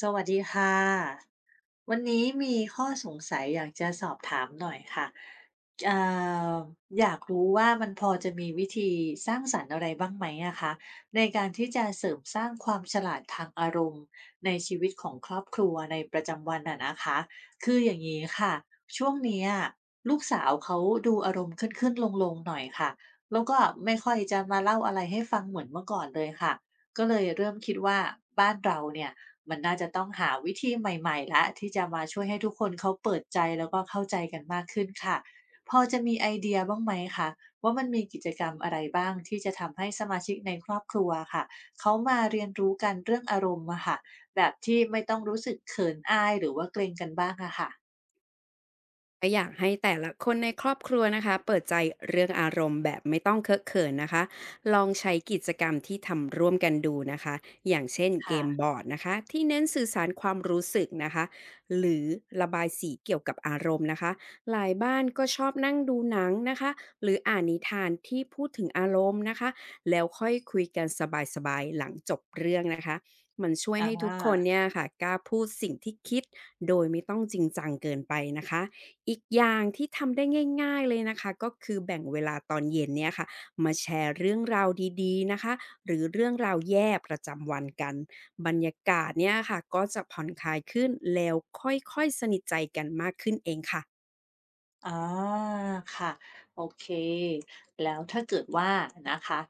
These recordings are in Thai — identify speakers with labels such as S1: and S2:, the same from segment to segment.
S1: สวัสดีค่ะวันนี้มีข้อสงสัยอยากจะสอบถามหน่อยค่ะเอ่ออยากรู้ว่ามันพอจะมีวิธีสร้างสรรค์อะไรบ้างไหมอะคะในการที่จะเสริมสร้างความฉลาดทางอารมณ์ในชีวิตของครอบครัวในประจำวันอะนะคะคืออย่างนี้ค่ะช่วงเนี้ยลูกสาวเขาดูอารมณ์ขึ้นๆลงๆหน่อยค่ะแล้วก็ไม่ค่อยจะมาเล่าอะไรให้ฟังเหมือนเมื่อก่อนเลยค่ะก็เลยเริ่มคิดว่าบ้านเราเนี่ย มันน่าจะต้องหาวิธีใหม่ๆแล้วที่จะมาช่วยให้ทุกคนเขาเปิดใจแล้วก็เข้าใจกันมากขึ้นค่ะพอจะมีไอเดียบ้างไหมคะว่ามันมีกิจกรรมอะไรบ้างที่จะทำให้สมาชิกในครอบครัวอะค่ะเขามาเรียนรู้กันเรื่องอารมณ์อะค่ะแบบที่ไม่ต้องรู้สึกเขินอายหรือว่าเกรงกันบ้างอะค่ะ
S2: ก็อยากให้แต่ละคนในครอบครัวนะคะเปิดใจเรื่องอารมณ์แบบไม่ต้องเคอะเขินนะคะลองใช้กิจกรรมที่ทำร่วมกันดูนะคะอย่างเช่นเกมบ
S1: ค่ะ
S2: อร์ดนะคะที่เน้นสื่อสารความรู้สึกนะคะหรือระบายสีเกี่ยวกับอารมณ์นะคะหลายบ้านก็ชอบนั่งดูหนังนะคะหรืออ่านนิทานที่พูดถึงอารมณ์นะคะแล้วค่อยคุยกันสบายๆหลังจบเรื่องนะคะมันช่วย
S1: อา
S2: ให้ทุกคนเนี่ยค่ะกล้าพูดสิ่งที่คิดโดยไม่ต้องจริงจังเกินไปนะคะ อีกอย่างที่ทำได้ง่ายๆเลยนะคะก็คือแบ่งเวลาตอนเย็นเนี่ยค่ะมาแชร์เรื่องราวดีๆนะคะหรือเรื่องราวแย่ประจำวันกันบรรยากาศเนี่ยค่ะก็จะผ่อนคลายขึ้นแล้วค่อยๆสนิทใจกันมากขึ้นเองค่ะ
S1: อาค่ะโอเคแล้วถ้าเกิดว่านะคะ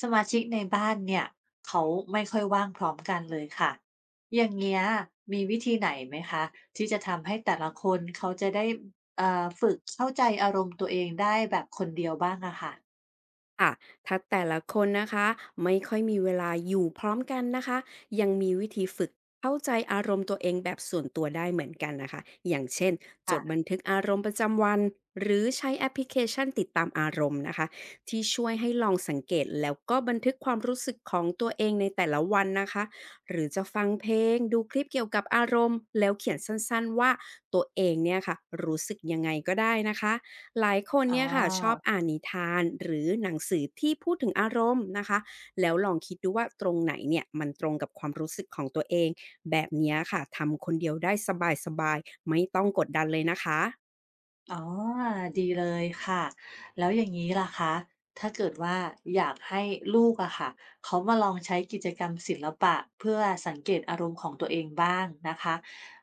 S1: สมาชิกในบ้านเนี่ยเขาไม่ค่อยว่างพร้อมกันเลยค่ะอย่างเงี้ยมีวิธีไหนไหมคะที่จะทำให้แต่ละคนเขาจะได้ฝึกเข้าใจอารมณ์ตัวเองได้แบบคนเดียวบ้างอะค่ะ
S2: ค่ะถ้าแต่ละคนนะคะไม่ค่อยมีเวลาอยู่พร้อมกันนะคะยังมีวิธีฝึกเข้าใจอารมณ์ตัวเองแบบส่วนตัวได้เหมือนกันนะคะอย่างเช่นจดบั
S1: ค่ะ
S2: นทึกอารมณ์ประจำวันหรือใช้แอปพลิเคชันติดตามอารมณ์นะคะที่ช่วยให้ลองสังเกตแล้วก็บันทึกความรู้สึกของตัวเองในแต่ละวันนะคะหรือจะฟังเพลงดูคลิปเกี่ยวกับอารมณ์แล้วเขียนสั้นๆว่าตัวเองเนี่ยค่ะรู้สึกยังไงก็ได้นะคะ หลายคน
S1: อ๋
S2: เนี่ยค่ะชอบ
S1: อ
S2: อ่านนิทานหรือหนังสือที่พูดถึงอารมณ์นะคะแล้วลองคิดดูว่าตรงไหนเนี่ยมันตรงกับความรู้สึกของตัวเองแบบเนี้ยค่ะทำคนเดียวได้สบายๆไม่ต้องกดดันเลยนะคะ
S1: อ๋อ ดีเลยค่ะ แล้วอย่างนี้ล่ะคะ ถ้าเกิดว่าอยากให้ลูกอะค่ะเขามาลองใช้กิจกรรมศิลปะเพื่อสังเกตอารมณ์ของตัวเองบ้างนะคะ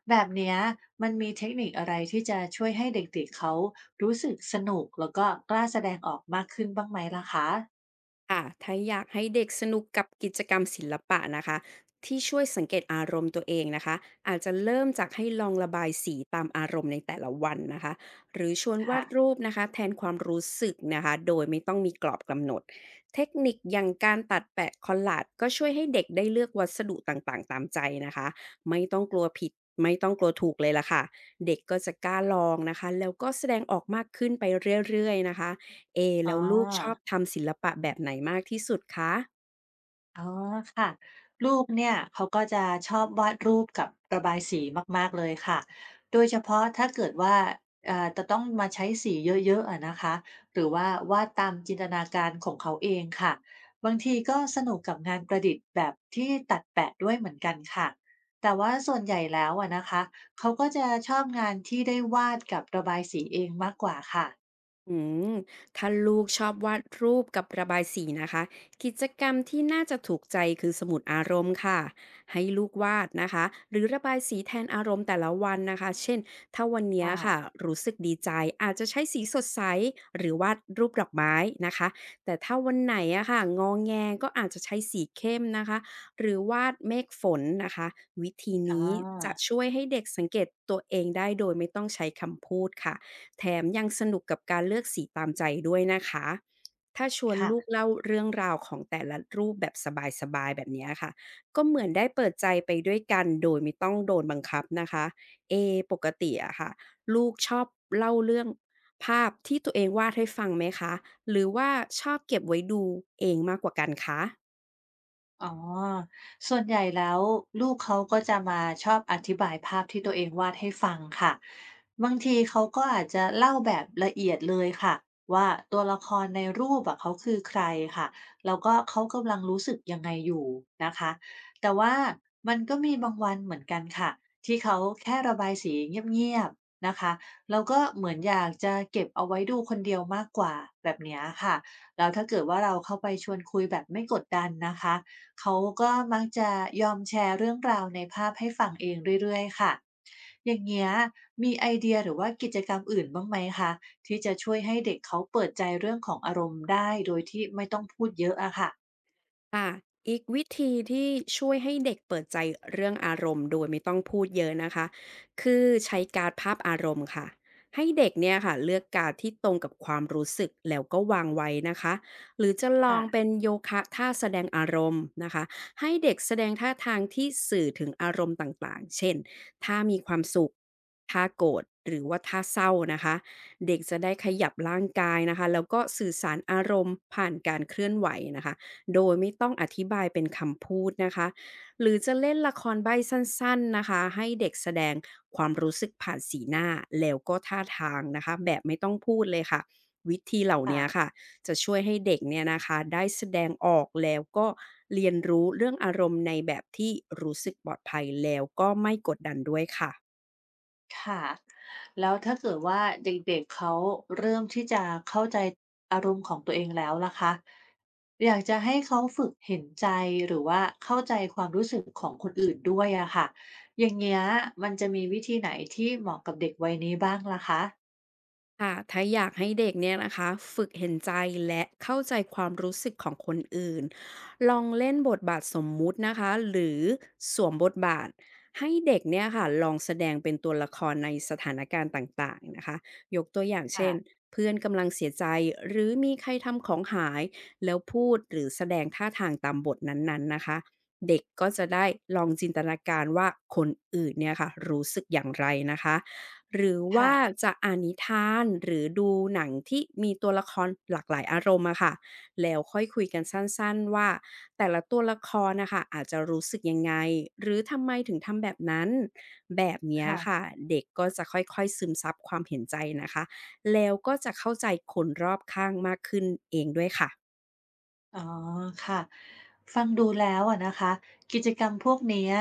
S1: แบบเนี้ยมันมีเทคนิคอะไรที่จะช่วยให้เด็กๆเขารู้สึกสนุกแล้วก็กล้าแสดงออกมากขึ้นบ้างไหมล่ะคะ
S2: ค่ะถ้าอยากให้เด็กสนุกกับกิจกรรมศิลปะนะคะที่ช่วยสังเกตอารมณ์ตัวเองนะคะอาจจะเริ่มจากให้ลองระบายสีตามอารมณ์ในแต่ละวันนะคะหรือชวนวา
S1: ค่ะ
S2: ดรูปนะคะแทนความรู้สึกนะคะโดยไม่ต้องมีกรอบกำหนดเทคนิคอย่างการตัดแปะคอลลาจก็ช่วยให้เด็กได้เลือกวัสดุต่างๆตามใจนะคะไม่ต้องกลัวผิดไม่ต้องกลัวถูกเลยล่ะค่ะเด็กก็จะกล้าลองนะคะแล้วก็แสดงออกมากขึ้นไปเรื่อยๆนะคะ เอ
S1: อ๋อ
S2: แล้วลูกชอบทำศิลปะแบบไหนมากที่สุดคะ
S1: อ๋อค่ะลูกเนี่ยเขาก็จะชอบวาดรูปกับระบายสีมากๆเลยค่ะโดยเฉพาะถ้าเกิดว่าจะต้องมาใช้สีเยอะๆอะนะคะหรือว่าวาดตามจินตนาการของเขาเองค่ะบางทีก็สนุกกับงานประดิษฐ์แบบที่ตัดแปะด้วยเหมือนกันค่ะแต่ว่าส่วนใหญ่แล้วอะนะคะเขาก็จะชอบงานที่ได้วาดกับระบายสีเองมากกว่าค่ะ
S2: อืมถ้าลูกชอบวาดรูปกับระบายสีนะคะกิจกรรมที่น่าจะถูกใจคือสมุดอารมณ์ค่ะให้ลูกวาดนะคะหรือระบายสีแทนอารมณ์แต่ละวันนะคะเช่นถ้าวันเนี้ย
S1: ค่ะ
S2: ค่ะรู้สึกดีใจอาจจะใช้สีสดใสหรือวาดรูปดอกไม้นะคะแต่ถ้าวันไหนอะค่ะงองแงก็อาจจะใช้สีเข้มนะคะหรือวาดเมฆฝนนะคะวิธี
S1: อ๋อ
S2: นี้จะช่วยให้เด็กสังเกตตัวเองได้โดยไม่ต้องใช้คำพูดค่ะ แถมยังสนุกกับการเลือกสีตามใจด้วยนะคะ ถ้าชวน
S1: ค่ะ
S2: ลูกเล่าเรื่องราวของแต่ละรูปแบบสบายๆแบบเนี้ยค่ะ ก็เหมือนได้เปิดใจไปด้วยกันโดยไม่ต้องโดนบังคับนะคะ เอปกติอะค่ะลูกชอบเล่าเรื่องภาพที่ตัวเองวาดให้ฟังไหมคะ หรือว่าชอบเก็บไว้ดูเองมากกว่ากันคะ
S1: อ๋อส่วนใหญ่แล้วลูกเขาก็จะมาชอบอธิบายภาพที่ตัวเองวาดให้ฟังค่ะ บางทีเขาก็อาจจะเล่าแบบละเอียดเลยค่ะว่าตัวละครในรูปอะเขาคือใครค่ะ แล้วก็เขากำลังรู้สึกยังไงอยู่นะคะ แต่ว่ามันก็มีบางวันเหมือนกันค่ะที่เขาแค่ระบายสีเงียบๆนะคะ แล้วก็เหมือนอยากจะเก็บเอาไว้ดูคนเดียวมากกว่าแบบเนี้ยค่ะแล้วถ้าเกิดว่าเราเข้าไปชวนคุยแบบไม่กดดันนะคะ เขาก็มักจะยอมแชร์เรื่องราวในภาพให้ฟังเองเรื่อยๆค่ะ อย่างเงี้ยมีไอเดียหรือว่ากิจกรรมอื่นบ้างไหมคะที่จะช่วยให้เด็กเขาเปิดใจเรื่องของอารมณ์ได้โดยที่ไม่ต้องพูดเยอะอะค่ะ
S2: ค่ะอีกวิธีที่ช่วยให้เด็กเปิดใจเรื่องอารมณ์โดยไม่ต้องพูดเยอะนะคะคือใช้การ์ดภาพอารมณ์ค่ะให้เด็กเนี่ยค่ะเลือกการดที่ตรงกับความรู้สึกแล้วก็วางไว้นะคะหรือจะลอ
S1: ค่ะ
S2: งเป็นโยคะท่าแสดงอารมณ์นะคะให้เด็กแสดงท่าทางที่สื่อถึงอารมณ์ต่างๆเช่นถ้ามีความสุขท่าโกรธหรือว่าท่าเศร้านะคะเด็กจะได้ขยับร่างกายนะคะแล้วก็สื่อสารอารมณ์ผ่านการเคลื่อนไหวนะคะ โดยไม่ต้องอธิบายเป็นคำพูดนะคะ หรือจะเล่นละครใบ้สั้นๆนะคะ ให้เด็กแสดงความรู้สึกผ่านสีหน้าแล้วก็ท่าทางนะคะ แบบไม่ต้องพูดเลยค่ะ วิธีเหล่านี้
S1: ค่ะ
S2: ค่ะจะช่วยให้เด็กเนี่ยนะคะได้แสดงออกแล้วก็เรียนรู้เรื่องอารมณ์ในแบบที่รู้สึกปลอดภัยแล้วก็ไม่กดดันด้วยค่ะ
S1: ค่ะ แล้วถ้าเกิดว่าเด็กๆเขาเริ่มที่จะเข้าใจอารมณ์ของตัวเองแล้วล่ะคะ อยากจะให้เขาฝึกเห็นใจหรือว่าเข้าใจความรู้สึกของคนอื่นด้วยอะค่ะอย่างเงี้ยมันจะมีวิธีไหนที่เหมาะกับเด็กวัยนี้บ้างล่ะคะ
S2: ค่ะถ้าอยากให้เด็กเนี่ยนะคะฝึกเห็นใจและเข้าใจความรู้สึกของคนอื่น ลองเล่นบทบาทสมมุตินะคะหรือสวมบทบาทให้เด็กเนี่ยค่ะลองแสดงเป็นตัวละครในสถานการณ์ต่างๆนะคะยกตัวอย่าง
S1: ค่ะ
S2: เช่นเพื่อนกำลังเสียใจหรือมีใครทำของหายแล้วพูดหรือแสดงท่าทางตามบทนั้นๆนะคะเด็กก็จะได้ลองจินตนาการว่าคนอื่นเนี่ยค่ะรู้สึกอย่างไรนะคะ หรือว่า
S1: ค่ะ
S2: จะอ่านนิทานหรือดูหนังที่มีตัวละครหลากหลายอารมณ์อะค่ะแล้วค่อยคุยกันสั้นๆว่าแต่ละตัวละครนะคะอาจจะรู้สึกยังไงหรือทำไมถึงทำแบบนั้นแบบเนี้ยค่ะ
S1: ค่ะ
S2: เด็กก็จะค่อยๆซึมซับความเห็นใจนะคะแล้วก็จะเข้าใจคนรอบข้างมากขึ้นเองด้วยค่ะ
S1: อ๋อค่ะฟังดูแล้วอะนะคะกิจกรรมพวกเนี้ย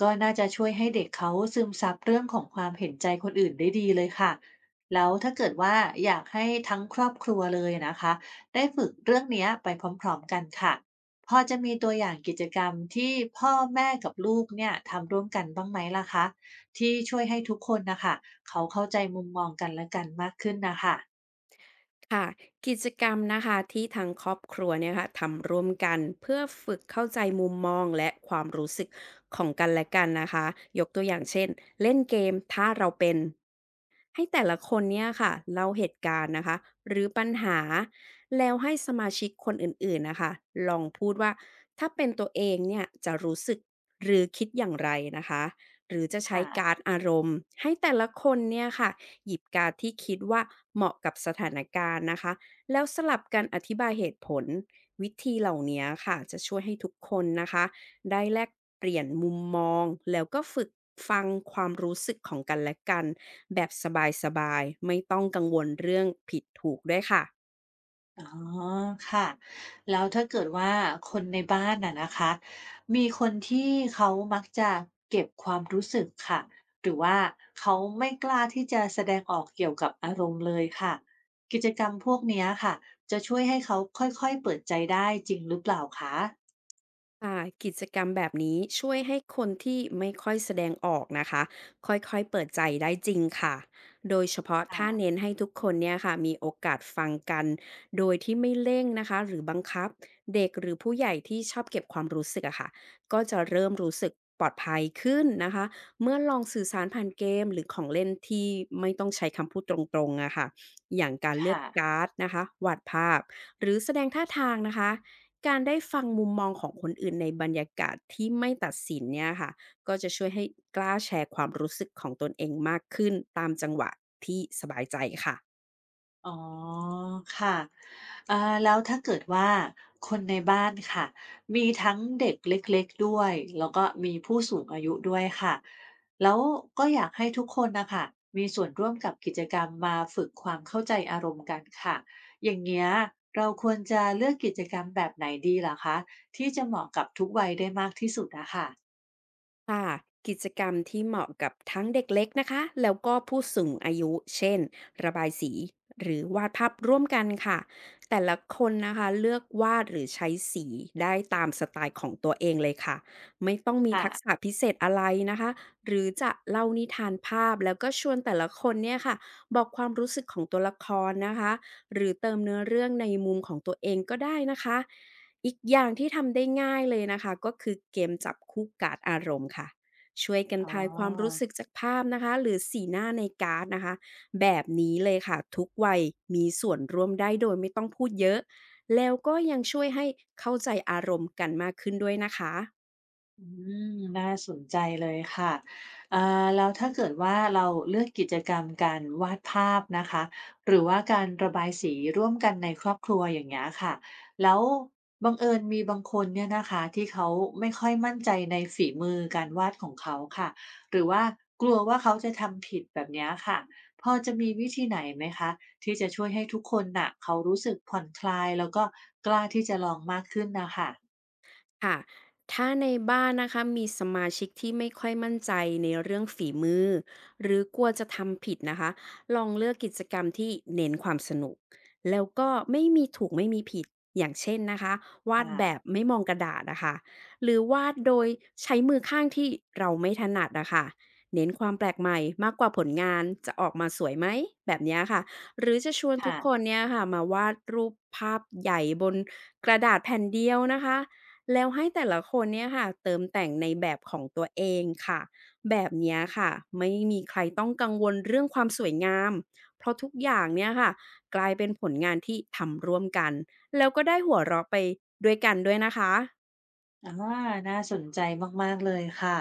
S1: ก็น่าจะช่วยให้เด็กเขาซึมซับเรื่องของความเห็นใจคนอื่นได้ดีเลยค่ะแล้วถ้าเกิดว่าอยากให้ทั้งครอบครัวเลยนะคะได้ฝึกเรื่องเนี้ยไปพร้อมๆกันค่ะพอจะมีตัวอย่างกิจกรรมที่พ่อแม่กับลูกเนี่ยทำร่วมกันบ้างไหมล่ะคะที่ช่วยให้ทุกคนนะคะเขาเข้าใจมุมมองกันและกันมากขึ้นนะคะ
S2: ค่ะกิจกรรมนะคะที่ทางครอบครัวเนี่ยค่ะทำร่วมกันเพื่อฝึกเข้าใจมุมมองและความรู้สึกของกันและกันนะคะยกตัวอย่างเช่นเล่นเกมถ้าเราเป็น ให้แต่ละคนเนี่ยค่ะเล่าเหตุการณ์นะคะหรือปัญหาแล้วให้สมาชิกคนอื่นๆนะคะลองพูดว่าถ้าเป็นตัวเองเนี่ยจะรู้สึกหรือคิดอย่างไรนะคะหรือจะใช้กา
S1: ค่ะ
S2: รดอารมณ์ให้แต่ละคนเนี่ยค่ะหยิบการดที่คิดว่าเหมาะกับสถานการณ์นะคะแล้วสลับกันอธิบายเหตุผลวิธีเหล่านี้ค่ะจะช่วยให้ทุกคนนะคะ ได้แลกเปลี่ยนมุมมองแล้วก็ฝึกฟังความรู้สึกของกันและกันแบบสบายๆไม่ต้องกังวลเรื่องผิดถูกด้วยค่ะ
S1: อ๋อค่ะแล้วถ้าเกิดว่าคนในบ้านน่ะนะคะมีคนที่เขามักจะเก็บความรู้สึกค่ะหรือว่าเขาไม่กล้าที่จะแสดงออกเกี่ยวกับอารมณ์เลยค่ะกิจกรรมพวกเนี้ยค่ะจะช่วยให้เขาค่อยๆเปิดใจได้จริงหรือเปล่าคะ
S2: ค่ะกิจกรรมแบบนี้ช่วยให้คนที่ไม่ค่อยแสดงออกนะคะค่อยๆเปิดใจได้จริงค่ะโดยเฉพาะ
S1: ค่ะ
S2: ถ้าเน้นให้ทุกคนเนี่ยค่ะมีโอกาสฟังกันโดยที่ไม่เร่งนะคะหรือบังคับเด็กหรือผู้ใหญ่ที่ชอบเก็บความรู้สึกอะค่ะก็จะเริ่มรู้สึกปลอดภัยขึ้นนะคะเมื่อลองสื่อสารผ่านเกมหรือของเล่นที่ไม่ต้องใช้คำพูดตรงๆอะค่ะอย่างการเลือก
S1: ค่ะ
S2: การ์ดนะคะวาดภาพหรือแสดงท่าทางนะคะ การได้ฟังมุมมองของคนอื่นในบรรยากาศที่ไม่ตัดสินเนี่ยค่ะก็จะช่วยให้กล้าแชร์ความรู้สึกของตนเองมากขึ้นตามจังหวะที่สบายใจค่ะ
S1: อ๋อค่ะอ่าแล้วถ้าเกิดว่าคนในบ้านค่ะมีทั้งเด็กเล็กๆด้วยแล้วก็มีผู้สูงอายุด้วยค่ะแล้วก็อยากให้ทุกคนนะค่ะมีส่วนร่วมกับกิจกรรมมาฝึกความเข้าใจอารมณ์กันค่ะอย่างเงี้ยเราควรจะเลือกกิจกรรมแบบไหนดีเหรอคะที่จะเหมาะกับทุกวัยได้มากที่สุดอะค่ะ
S2: ค่ะกิจกรรมที่เหมาะกับทั้งเด็กเล็กนะคะแล้วก็ผู้สูงอายุเช่นระบายสีหรือวาดภาพร่วมกันค่ะแต่ละคนนะคะเลือกวาดหรือใช้สีได้ตามสไตล์ของตัวเองเลยค่ะไม่ต้องมีทักษะ
S1: ค่ะ
S2: พิเศษอะไรนะคะหรือจะเล่านิทานภาพแล้วก็ชวนแต่ละคนเนี่ยค่ะบอกความรู้สึกของตัวละครนะคะหรือเติมเนื้อเรื่องในมุมของตัวเองก็ได้นะคะ อีกอย่างที่ทำได้ง่ายเลยนะคะก็คือเกมจับคู่การ์ดอารมณ์ค่ะช่วยกัน
S1: อ๋
S2: ทายความรู้
S1: อ
S2: สึกจากภาพนะคะหรือสีหน้าในการ์ดนะคะแบบนี้เลยค่ะทุกวัยมีส่วนร่วมได้โดยไม่ต้องพูดเยอะแล้วก็ยังช่วยให้เข้าใจอารมณ์กันมากขึ้นด้วยนะคะ
S1: อืมน่าสนใจเลยค่ะเอ่าแล้วถ้าเกิดว่าเราเลือกกิจกรรมการวาดภาพนะคะ หรือว่าการระบายสีร่วมกันในครอบครัวอย่างเงี้ยค่ะแล้วบังเอิญมีบางคนเนี่ยนะคะที่เขาไม่ค่อยมั่นใจในฝีมือการวาดของเขาค่ะหรือว่ากลัวว่าเขาจะทำผิดแบบเนี้ยค่ะพอจะมีวิธีไหนไหมคะที่จะช่วยให้ทุกคนน่ะเขารู้สึกผ่อนคลายแล้วก็กล้าที่จะลองมากขึ้นนะคะ
S2: ค่ะถ้าในบ้านนะคะมีสมาชิกที่ไม่ค่อยมั่นใจในเรื่องฝีมือหรือกลัวจะทำผิดนะคะลองเลือกกิจกรรมที่เน้นความสนุกแล้วก็ไม่มีถูกไม่มีผิดอย่างเช่นนะคะ
S1: ค
S2: วาดแบบ
S1: ่ะ
S2: ไม่มองกระดาษนะคะหรือวาดโดยใช้มือข้างที่เราไม่ถนัดนะคะเน้นความแปลกใหม่มากกว่าผลงานจะออกมาสวยไหมแบบเนี้ยค่ะหรือจะชวนทุก
S1: ค่ะ
S2: คนเนี่ยค่ะมาวาดรูปภาพใหญ่บนกระดาษแผ่นเดียวนะคะ แล้วให้แต่ละคนเนี่ยค่ะเติมแต่งในแบบของตัวเองค่ะแบบเนี้ยค่ะไม่มีใครต้องกังวลเรื่องความสวยงามเพราะทุกอย่างเนี่ยค่ะกลายเป็นผลงานที่ทำร่วมกันแล้วก็ได้หัวเราะไปด้วยกันด้วยนะคะ
S1: อาน่าสนใจมากๆเลยค่ะ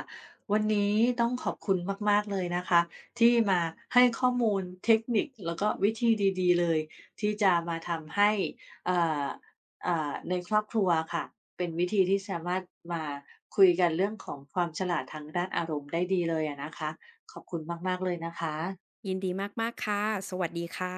S1: วันนี้ต้องขอบคุณมากๆเลยนะคะที่มาให้ข้อมูลเทคนิคแล้วก็วิธีดีๆเลยที่จะมาทำให้อ่าอ่าในครอบครัวค่ะเป็นวิธีที่สามารถมาคุยกันเรื่องของความฉลาดทางด้านอารมณ์ได้ดีเลยอะนะคะขอบคุณมากๆเลยนะคะ
S2: ยินดีมากๆค่ะสวัสดีค่ะ